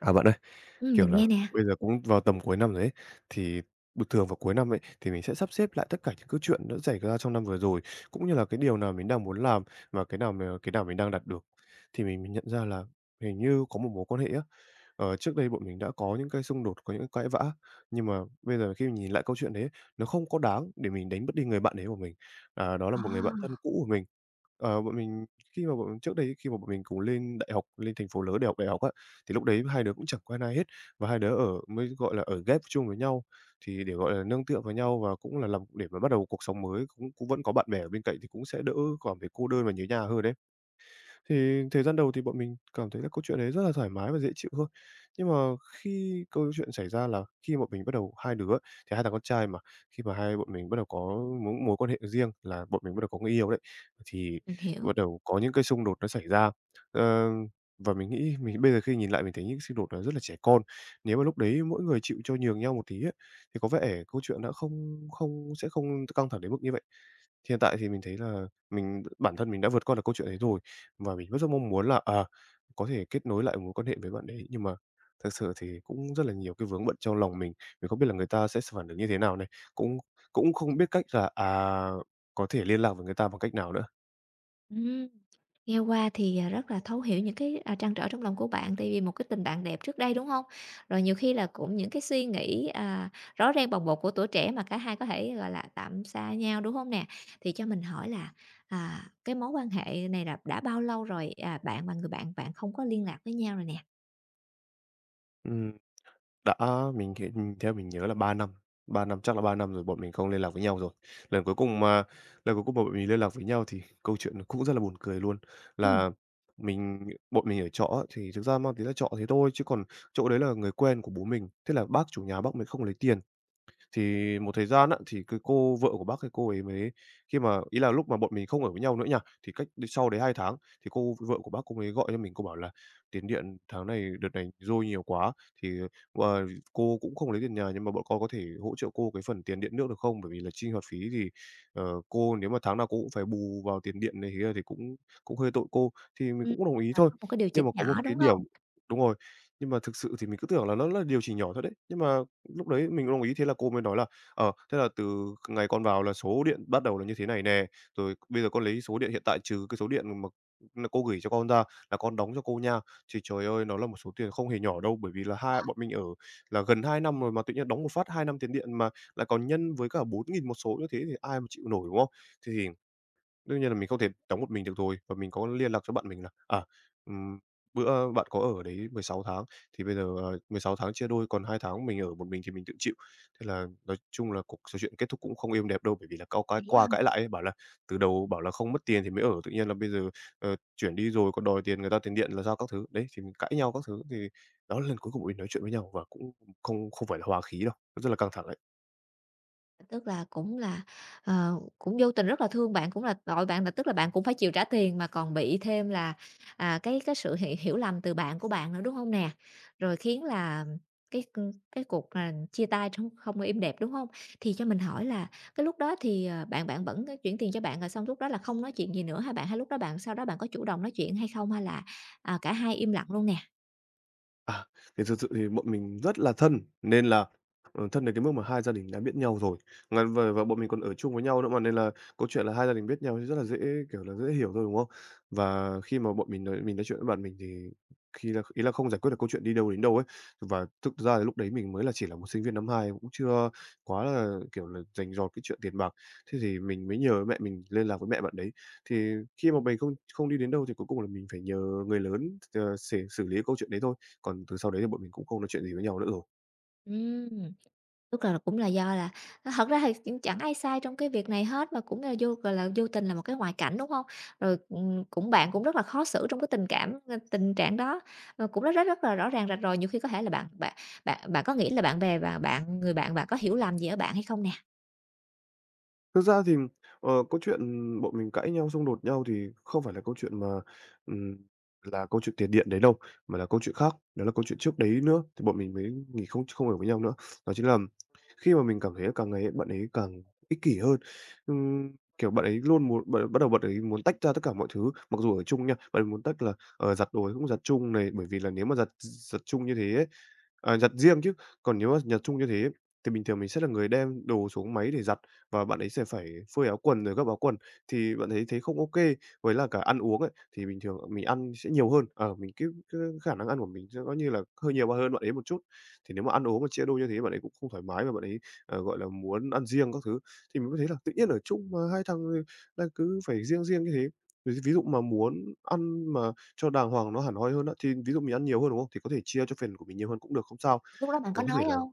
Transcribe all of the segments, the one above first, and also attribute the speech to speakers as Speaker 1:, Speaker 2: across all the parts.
Speaker 1: À, bạn ơi, kiểu
Speaker 2: Mình
Speaker 1: là,
Speaker 2: nghe nè.
Speaker 1: bây giờ cũng vào tầm cuối năm rồi ấy, thì bình thường vào cuối năm ấy, thì mình sẽ sắp xếp lại tất cả những cái chuyện đã xảy ra trong năm vừa rồi, cũng như là cái điều nào mình đang muốn làm và cái nào mình đang đạt được. Thì mình nhận ra là hình như có một mối quan hệ á. Trước đây bọn mình đã có những cái xung đột, có những cái cãi vã, nhưng mà bây giờ khi nhìn lại câu chuyện đấy, nó không có đáng để mình đánh mất đi người bạn đấy của mình. À, đó là
Speaker 2: Ờ,
Speaker 1: một người bạn thân cũ của mình. Bọn mình, khi mà bọn mình trước đây, khi mà bọn mình cùng lên đại học, lên thành phố lớn để học đại học á, thì lúc đấy hai đứa cũng chẳng quen ai hết, và hai đứa ở mới, gọi là, ở ghép chung với nhau, thì để, gọi là, nương tựa vào nhau, và cũng là làm để mà bắt đầu cuộc sống mới, cũng cũng vẫn có bạn bè ở bên cạnh thì cũng sẽ đỡ cảm thấy cô đơn và nhớ nhà hơn đấy. Thì thời gian đầu thì bọn mình cảm thấy là câu chuyện đấy rất là thoải mái và dễ chịu thôi. Nhưng mà khi câu chuyện xảy ra là khi bọn mình bắt đầu hai đứa ấy, thì hai thằng con trai mà, khi mà hai bọn mình bắt đầu có mối mối quan hệ riêng, là bọn mình bắt đầu có người yêu đấy, thì
Speaker 2: mình hiểu.
Speaker 1: bắt đầu có những cái xung đột nó xảy ra. Ờ, và mình nghĩ mình bây giờ khi nhìn lại mình thấy những xung đột nó rất là trẻ con. Nếu mà lúc đấy mỗi người chịu cho nhường nhau một tí ấy, thì có vẻ câu chuyện đã không không sẽ không căng thẳng đến mức như vậy. Hiện tại thì mình thấy là bản thân mình đã vượt qua được câu chuyện đấy rồi, và mình vẫn rất mong muốn là, à, có thể kết nối lại mối quan hệ với bạn đấy. Nhưng mà thực sự thì cũng rất là nhiều cái vướng bận trong lòng mình không biết là người ta sẽ phản ứng như thế nào này, cũng cũng không biết cách là, à, có thể liên lạc với người ta bằng cách nào nữa.
Speaker 2: Ừm, nghe qua thì, rất là thấu hiểu những cái, trăn trở trong lòng của bạn, tại vì một cái tình bạn đẹp trước đây, đúng không? Rồi nhiều khi là cũng những cái suy nghĩ, rõ ràng bồng bột của tuổi trẻ mà cả hai có thể, gọi là, tạm xa nhau, đúng không nè? Thì cho mình hỏi là, cái mối quan hệ này là đã bao lâu rồi, bạn và người bạn bạn không có liên lạc với nhau rồi nè?
Speaker 1: Ừm. Đã mình thì theo mình nhớ là 3 năm, 3 năm, chắc là 3 năm rồi bọn mình không liên lạc với nhau rồi. Lần cuối cùng mà lần cuối cùng mà bọn mình liên lạc với nhau thì câu chuyện nó cũng rất là buồn cười luôn,
Speaker 2: Ừm,
Speaker 1: là mình bọn mình ở trọ á, thì thực ra mang tiếng là trọ thế thôi chứ còn chỗ đấy là người quen của bố mình, thế là bác chủ nhà bác mình không lấy tiền. Thì một thời gian á, thì cái cô vợ của bác ấy cô ấy mới, khi mà ý là lúc mà bọn mình không ở với nhau nữa nha, thì cách đi sau đấy 2 tháng thì cô vợ của bác cô mới gọi cho mình, cô bảo là: "Tiền điện tháng này đợt này dôi nhiều quá, thì, ờ, cô cũng không lấy tiền nhà nhưng mà bọn con có thể hỗ trợ cô cái phần tiền điện nước được không? Bởi vì là chi hoạt phí thì, cô nếu mà tháng nào cô cũng phải bù vào tiền điện này kia thì cũng cũng hơi tội cô." Thì mình
Speaker 2: ừm,
Speaker 1: cũng đồng ý
Speaker 2: là
Speaker 1: thôi.
Speaker 2: có một cái điều
Speaker 1: Nhưng
Speaker 2: chỉnh
Speaker 1: mà có một
Speaker 2: nhỏ,
Speaker 1: cái
Speaker 2: đúng
Speaker 1: điểm,
Speaker 2: không?
Speaker 1: đúng rồi, nhưng mà thực sự thì mình cứ tưởng là nó là điều chỉ nhỏ thôi đấy, nhưng mà lúc đấy mình cũng đồng ý, thế là cô mới nói là: Thế là từ ngày con vào là số điện bắt đầu là như thế này nè, rồi bây giờ con lấy số điện hiện tại trừ cái số điện mà cô gửi cho con ra là con đóng cho cô nha." Thì trời ơi, nó là một số tiền không hề nhỏ đâu, bởi vì là hai bọn mình ở là gần 2 năm rồi mà tự nhiên đóng một phát 2 năm tiền điện mà lại còn nhân với cả 4.000 một số như thế thì ai mà chịu nổi, đúng không? Thì đương nhiên là mình không thể đóng một mình được rồi, và mình có liên lạc cho bạn mình là, à, ừm, bữa bạn có ở đấy 16 tháng, thì bây giờ, 16 tháng chia đôi còn 2 tháng mình ở một mình thì mình tự chịu. Thế là nói chung là cuộc trò chuyện kết thúc cũng không êm đẹp đâu, bởi vì là cau cái
Speaker 2: Vậy á
Speaker 1: qua
Speaker 2: hả?
Speaker 1: cãi lại ấy, bảo là từ đầu bảo là không mất tiền thì mới ở, tự nhiên là bây giờ, chuyển đi rồi còn đòi tiền người ta tiền điện là sao các thứ. Đấy, thì mình cãi nhau các thứ, thì đó là lần cuối cùng mình nói chuyện với nhau và cũng không không phải là hòa khí đâu, rất là căng thẳng đấy.
Speaker 2: Tức là cũng là, cũng vô tình rất là thương bạn, cũng là tội bạn là tức là bạn cũng phải chịu trả tiền mà còn bị thêm là, cái sự hiểu hiểu lầm từ bạn của bạn nữa, đúng không nè? Rồi khiến là cái, cái cuộc, chia tay trong không êm đẹp, đúng không? Thì cho mình hỏi là cái lúc đó thì, bạn bạn vẫn có chuyển tiền cho bạn rồi xong lúc đó là không nói chuyện gì nữa hả bạn? Hay lúc đó bạn sau đó bạn có chủ động nói chuyện hay không hay là, cả hai im lặng luôn nè?
Speaker 1: À, thì thực sự thì bọn mình rất là thân, nên là, thân đến cái mức mà hai gia đình đã biết nhau rồi, và bọn mình còn ở chung với nhau nữa mà, nên là câu chuyện là hai gia đình biết nhau thì rất là dễ, kiểu là, dễ hiểu thôi, đúng không? Và khi mà bọn mình nói chuyện với bạn mình thì khi là ý là không giải quyết được câu chuyện đi đâu đến đâu ấy, và thực ra là lúc đấy mình mới là chỉ là một sinh viên năm 2 cũng chưa quá là, kiểu là, rành rọt cái chuyện tiền bạc, thế thì mình mới nhờ mẹ mình liên lạc với mẹ bạn đấy. Thì khi mà mình không không đi đến đâu thì cuối cùng là mình phải nhờ người lớn, ờ, xể xử lý câu chuyện đấy thôi. Còn từ sau đấy thì bọn mình cũng không nói chuyện gì với nhau nữa rồi.
Speaker 2: Ừm. Tức là cũng là do là thật ra thì cũng chẳng ai sai trong cái việc này hết, mà cũng là vô, gọi là, vô tình là một cái ngoại cảnh, đúng không? Rồi, cũng bạn cũng rất là khó xử trong cái tình cảm ờ, tình trạng đó, cũng rất rất rất là rõ ràng rạch ròi. Nhiều khi có thể là bạn bạn bạn bạn có nghĩ là bạn bè và bạn người bạn bạn có hiểu lầm gì ở bạn hay không nè?
Speaker 1: Thực ra thì, câu chuyện bọn mình cãi nhau, xung đột nhau thì không phải là câu chuyện mà, ừm, là câu chuyện tiền điện đấy đâu, mà là câu chuyện khác, đó là câu chuyện trước đấy nữa, thì bọn mình mới nghỉ không không ở với nhau nữa. Đó chính là khi mà mình cảm thấy là càng ngày ấy bạn ấy càng ích kỷ hơn. Ừm, kiểu, bạn ấy luôn muốn bạn bắt đầu bạn ấy muốn tách ra tất cả mọi thứ, mặc dù ở chung nha, bạn ấy muốn tách là, giặt đồ thì cũng giặt chung này, bởi vì là nếu mà giặt giặt chung như thế ấy, à, giặt riêng chứ, còn nếu mà giặt chung như thế ấy, thì bình thường mình sẽ là người đem đồ xuống máy để giặt. Và bạn ấy sẽ phải phơi áo quần rồi gấp áo quần, thì bạn ấy thấy không ok. Với là cả ăn uống ấy, thì bình thường mình ăn sẽ nhiều hơn, ở mình cái khả năng ăn của mình sẽ có như là hơi nhiều hơn bạn ấy một chút. Thì nếu mà ăn uống mà chia đôi như thế bạn ấy cũng không thoải mái, và bạn ấy, gọi là, muốn ăn riêng các thứ, thì mình mới thấy là tự nhiên ở chung mà hai thằng, đang cứ phải riêng riêng như thế. Ví ví dụ mà muốn ăn mà cho đàng hoàng nó hẳn hoi hơn á, thì ví dụ mình ăn nhiều hơn, đúng không? Thì có thể chia cho phần của mình nhiều hơn cũng được, không sao,
Speaker 2: Lúc đó bạn có
Speaker 1: nó có thể
Speaker 2: nói
Speaker 1: là...
Speaker 2: không?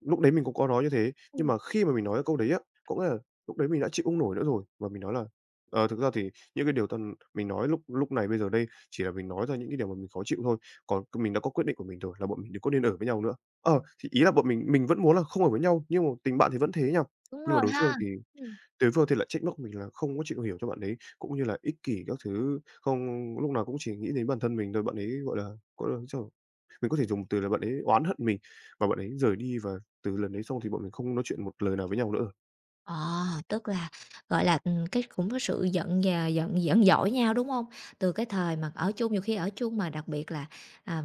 Speaker 1: Lúc đấy mình cũng có nói như thế, nhưng
Speaker 2: Ừm,
Speaker 1: mà khi mà mình nói cái câu đấy á, có nghĩa là lúc đấy mình đã chịu không nổi nữa rồi, và mình nói là: "Ờ, thực ra thì những cái điều mình nói lúc lúc này bây giờ đây chỉ là mình nói ra những cái điều mà mình khó chịu thôi, còn mình đã có quyết định của mình rồi là bọn mình đừng có nên ở với nhau nữa." Thì ý là bọn mình vẫn muốn là không ở với nhau, nhưng mà tình bạn thì vẫn thế nha,
Speaker 2: đúng
Speaker 1: nhưng mà
Speaker 2: rồi
Speaker 1: đối phương
Speaker 2: ha.
Speaker 1: thì...
Speaker 2: Ừm.
Speaker 1: Tới vô thì lại trách móc mình là không có chịu hiểu cho bạn ấy, cũng như là ích kỷ các thứ, không lúc nào cũng chỉ nghĩ đến bản thân mình thôi. Bạn ấy, gọi là, sao mình có thể dùng từ là bạn ấy oán hận mình, và bạn ấy rời đi và từ lần đấy xong thì bọn mình không nói chuyện một lời nào với nhau nữa.
Speaker 2: Ờ, tức là, gọi là, cái cũng có sự giận và giận giận dỗi nhau, đúng không? Từ cái thời mà ở chung, nhiều khi ở chung mà đặc biệt là, à,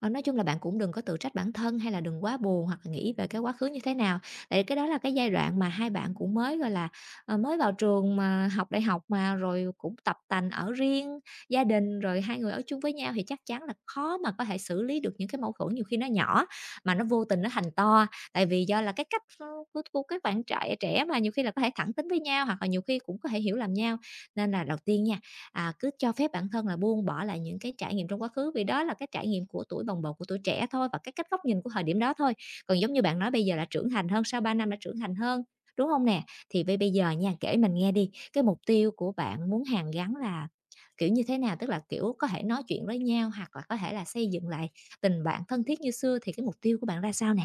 Speaker 2: nói chung là bạn cũng đừng có tự trách bản thân hay là đừng quá buồn hoặc là nghĩ về cái quá khứ như thế nào, tại cái đó là cái giai đoạn mà hai bạn cũng mới, gọi là, mới vào trường mà học đại học mà, rồi cũng tập tành ở riêng gia đình, rồi hai người ở chung với nhau thì chắc chắn là khó mà có thể xử lý được những cái mâu thuẫn nhiều khi nó nhỏ mà nó vô tình nó thành to. Tại vì do là cái cách ph của các bạn trẻ trẻ mà nhiều khi là có thể thẳng tính với nhau, hoặc là nhiều khi cũng có thể hiểu lầm nhau. Nên là đầu tiên nha, cứ cho phép bản thân là buông bỏ lại những cái trải nghiệm trong quá khứ, vì đó là cái trải nghiệm của tuổi bồng bột, của tuổi trẻ thôi và cái cách góc nhìn của thời điểm đó thôi. Còn giống như bạn nói bây giờ là trưởng thành hơn, sau 3 năm đã trưởng thành hơn, đúng không nè? Thì bây bây giờ nha, kể mình nghe đi, cái mục tiêu của bạn muốn hàn gắn là kiểu như thế nào? Tức là, kiểu, có thể nói chuyện với nhau hoặc là có thể là xây dựng lại tình bạn thân thiết như xưa thì cái mục tiêu của bạn ra sao nè?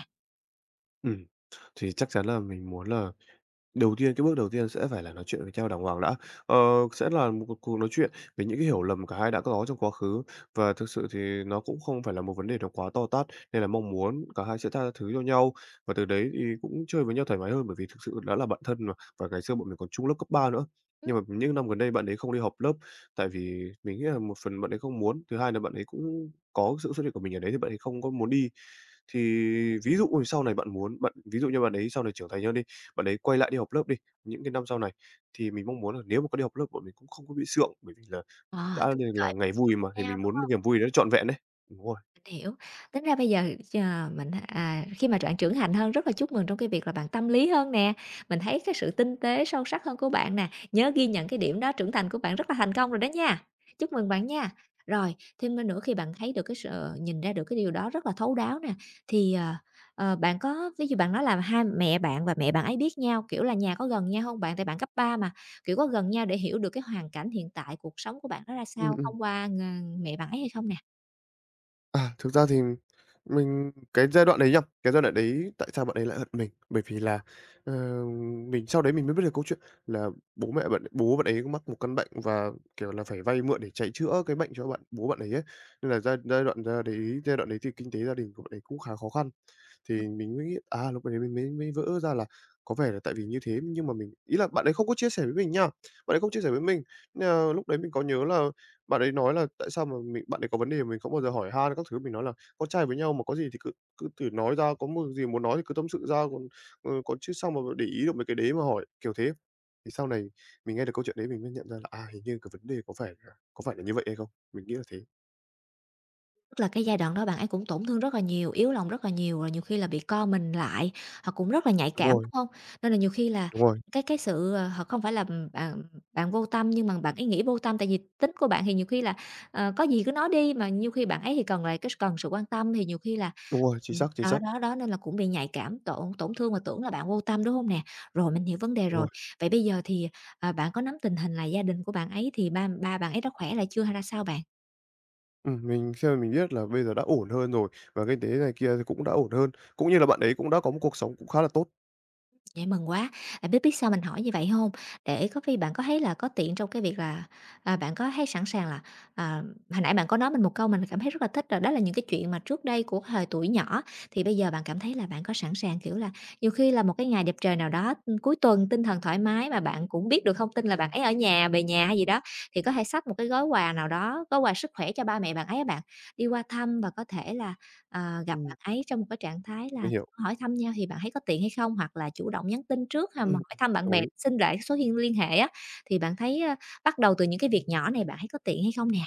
Speaker 1: Ừm, thì chắc chắn là mình muốn là. Đầu tiên, cái bước đầu tiên sẽ phải là nói chuyện với nhau đàng hoàng đã. Ờ, sẽ là một cuộc cuộc nói chuyện về những cái hiểu lầm cả hai đã có trong quá khứ, và thực sự thì nó cũng không phải là một vấn đề nó quá to tát, nên là mong muốn cả hai sẽ tha thứ cho nhau. Và từ đấy thì cũng chơi với nhau thoải mái hơn, bởi vì thực sự đã là bạn thân mà, và ngày xưa bọn mình còn chung lớp cấp 3 nữa. Nhưng mà những năm gần đây bạn ấy không đi học lớp, tại vì mình nghĩ là một phần bạn ấy không muốn, thứ hai là bạn ấy cũng có sự xuất hiện của mình ở đấy thì bạn ấy không có muốn đi. Thì ví dụ sau này bạn muốn bạn ví dụ như bạn ấy sau này trưởng thành hơn đi, bạn ấy quay lại đi học lớp đi, những cái năm sau này, thì mình mong muốn là nếu mà có đi học lớp bọn mình cũng không có bị sượng, bởi vì là
Speaker 2: À,
Speaker 1: đã
Speaker 2: tức là
Speaker 1: nên là
Speaker 2: cởi
Speaker 1: ngày vui
Speaker 2: mở
Speaker 1: mà, thì
Speaker 2: nhau,
Speaker 1: mình
Speaker 2: đúng
Speaker 1: muốn niềm vui đó trọn vẹn đấy. Đúng rồi.
Speaker 2: hiểu. Tính ra bây giờ, mình, khi mà bạn trưởng thành hơn rất là chúc mừng trong cái việc là bạn tâm lý hơn nè, mình thấy cái sự tinh tế, sâu sắc hơn của bạn nè, nhớ ghi nhận cái điểm đó, trưởng thành của bạn rất là thành công rồi đó nha. Chúc mừng bạn nha. Rồi, thêm nữa khi bạn thấy được cái sự ờ, nhìn ra được cái điều đó rất là thấu đáo nè, thì, bạn có ví dụ bạn nói là hai mẹ bạn và mẹ bạn ấy biết nhau, kiểu là, nhà có gần nhau không, bạn? Tại bạn cấp 3 mà, kiểu, có gần nhau để hiểu được cái hoàn cảnh hiện tại cuộc sống của bạn nó ra
Speaker 1: Ừm,
Speaker 2: sao
Speaker 1: ừm.
Speaker 2: thông qua ng mẹ bạn ấy hay không nè?
Speaker 1: À, thực ra thì mình cái giai đoạn đấy nhầm cái giai đoạn đấy tại sao bạn ấy lại hận mình? Bởi vì là, ờ, mình sau đấy mình mới biết được câu chuyện là bố bạn ấy có mắc một căn bệnh và, kiểu là, phải vay mượn để chạy chữa cái bệnh cho bố bạn ấy ấy. Nên là giai giai đoạn ra đấy giai đoạn đấy thì kinh tế gia đình của bạn ấy cũng khá khó khăn. Thì mình mới nghĩ à, lúc đấy mình mới mới vỡ ra là có vẻ là tại vì như thế, nhưng mà mình ý là bạn ấy không có chia sẻ với mình nha, bạn ấy không chia sẻ với mình. Nên là lúc đấy mình có nhớ là bạn ấy nói là tại sao mà bạn ấy có vấn đề mà mình không bao giờ hỏi han các thứ, mình nói là "Con trai với nhau mà có gì thì cứ cứ thử nói ra, có một gì muốn nói thì cứ tâm sự ra, còn, còn chứ sao mà để ý được mấy cái đấy mà hỏi", kiểu thế. Thì sau này mình nghe được câu chuyện đấy mình mới nhận ra là, à, hình như cái vấn đề có phải là như vậy hay không? Mình nghĩ là thế.
Speaker 2: Tức là cái giai đoạn đó bạn ấy cũng tổn thương rất là nhiều, yếu lòng rất là nhiều, rồi nhiều khi là bị co mình lại, họ cũng rất là nhạy
Speaker 1: Đúng
Speaker 2: cảm,
Speaker 1: rồi,
Speaker 2: đúng không? Nên là nhiều khi là
Speaker 1: đúng rồi,
Speaker 2: cái sự, h không phải là bạn bạn vô tâm nhưng mà bạn ấy nghĩ vô tâm, tại vì tính của bạn thì nhiều khi là, có gì cứ nói đi, mà nhiều khi bạn ấy thì cần lại cái cần sự quan tâm thì nhiều khi là
Speaker 1: đúng rồi,
Speaker 2: Ừm.
Speaker 1: chính xác,
Speaker 2: Đó, đó, đó, nên là cũng bị nhạy cảm, tổn tổn thương và tưởng là bạn vô tâm, đúng không nè? Rồi, mình hiểu vấn đề
Speaker 1: đúng
Speaker 2: rồi.
Speaker 1: rồi.
Speaker 2: Vậy bây giờ thì, bạn có nắm tình hình là gia đình của bạn ấy thì ba ba bạn ấy đã khỏe lại chưa hay ra sao bạn?
Speaker 1: Mình khi mà mình biết là bây giờ đã ổn hơn rồi và kinh tế này kia thì cũng đã ổn hơn, cũng như là bạn ấy cũng đã có một cuộc sống cũng khá là tốt.
Speaker 2: Vậy mừng quá. Bạn biết biết sao mình hỏi như vậy không? Để có khi bạn có thấy là có tiện trong cái việc là, bạn có thấy sẵn sàng là, à, hồi nãy bạn có nói mình một câu mình cảm thấy rất là thích rồi, đó là những cái chuyện mà trước đây của thời tuổi nhỏ, thì bây giờ bạn cảm thấy là bạn có sẵn sàng, kiểu là, nhiều khi là một cái ngày đẹp trời nào đó, ừ, cuối tuần tinh thần thoải mái mà bạn cũng biết được thông tin là bạn ấy ở nhà, về nhà hay gì đó, thì có thể xách một cái gói quà nào đó, gói quà sức khỏe cho ba mẹ bạn ấy á bạn, đi qua thăm và có thể là, gặp
Speaker 1: Ừm,
Speaker 2: bạn ấy trong một cái trạng thái
Speaker 1: mình
Speaker 2: là
Speaker 1: hiểu.
Speaker 2: Hỏi thăm nhau thì bạn thấy có tiện hay không? Hoặc là chủ động nhắn tin trước hay mà
Speaker 1: Ừm,
Speaker 2: hỏi thăm bạn
Speaker 1: đồng
Speaker 2: bè,
Speaker 1: ý.
Speaker 2: xin lại số hiên liên hệ á, thì bạn thấy, bắt đầu từ những cái việc nhỏ này bạn thấy có tiện hay không nè?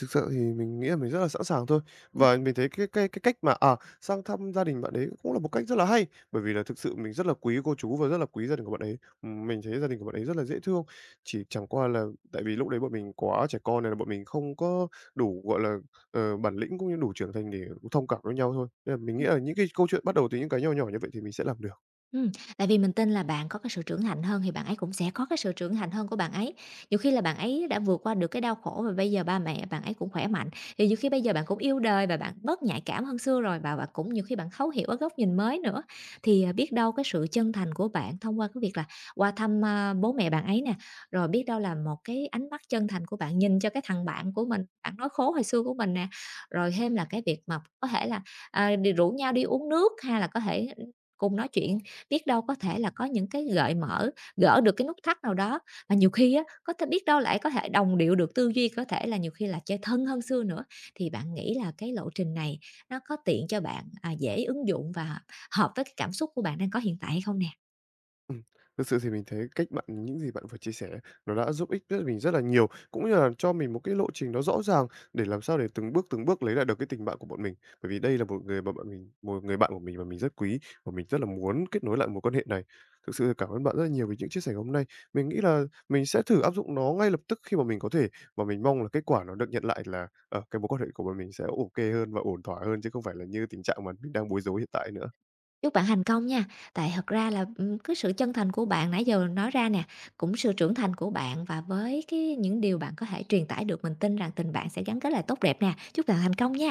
Speaker 1: Thực sự thì mình nghĩ là mình rất là sẵn sàng thôi. Và mình thấy cái cách mà, à, sang thăm gia đình bạn ấy cũng là một cách rất là hay, bởi vì là thực sự mình rất là quý cô chú và rất là quý gia đình của bạn ấy. Mình thấy gia đình của bạn ấy rất là dễ thương, chỉ chẳng qua là tại vì lúc đấy bọn mình quá trẻ con này là bọn mình không có đủ, gọi là, ờ, bản lĩnh cũng như đủ trưởng thành để thông cảm với nhau thôi. Nên là mình nghĩ là những cái câu chuyện bắt đầu từ những cái nhỏ nhỏ như vậy thì mình sẽ làm được.
Speaker 2: Ừm, tại vì mình tin là bạn có cái sự trưởng thành hơn thì bạn ấy cũng sẽ có cái sự trưởng thành hơn của bạn ấy. Nhiều khi là bạn ấy đã vượt qua được cái đau khổ và bây giờ ba mẹ bạn ấy cũng khỏe mạnh, thì nhiều khi bây giờ bạn cũng yêu đời và bạn bớt nhạy cảm hơn xưa rồi và bạn cũng nhiều khi bạn thấu hiểu ở góc nhìn mới nữa. Thì, biết đâu cái sự chân thành của bạn thông qua cái việc là qua thăm, a, bố mẹ bạn ấy nè, rồi biết đâu là một cái ánh mắt chân thành của bạn nhìn cho cái thằng bạn của mình, bạn nói khổ hồi xưa của mình nè, rồi thêm là cái việc mà có thể là, đ rủ nhau đi uống nước hay là có thể, cùng nói chuyện. Biết đâu có thể là có những cái gợi mở, gỡ được cái nút thắt nào đó, mà nhiều khi á, có thể biết đâu lại có thể đồng điệu được tư duy, có thể là nhiều khi là chơi thân hơn xưa nữa. Thì bạn nghĩ là cái lộ trình này nó có tiện cho bạn, dễ ứng dụng và hợp với cái cảm xúc của bạn đang có hiện tại hay không nè?
Speaker 1: Ừm, thực sự thì mình thấy cách bạn những gì bạn vừa chia sẻ nó đã giúp ích mình rất là nhiều, cũng như là cho mình một cái lộ trình nó rõ ràng để làm sao để từng bước lấy lại được cái tình bạn của bọn mình. Bởi vì đây là một người bạn của mình mà mình rất quý và mình rất là muốn kết nối lại mối quan hệ này. Thực sự cảm ơn bạn rất là nhiều vì những chia sẻ hôm nay. Mình nghĩ là mình sẽ thử áp dụng nó ngay lập tức khi mà mình có thể, và mình mong là kết quả nó được nhận lại là, ờ, cái mối quan hệ của bọn mình sẽ ô kê hơn và ổn thỏa hơn chứ không phải là như tình trạng mà mình đang bối rối hiện tại nữa.
Speaker 2: Chúc bạn thành công nha, tại thật ra là, cái sự chân thành của bạn nãy giờ nói ra nè, cũng sự trưởng thành của bạn và với cái những điều bạn có thể truyền tải được, mình tin rằng tình bạn sẽ gắn kết lại tốt đẹp nè. Chúc bạn thành công nha.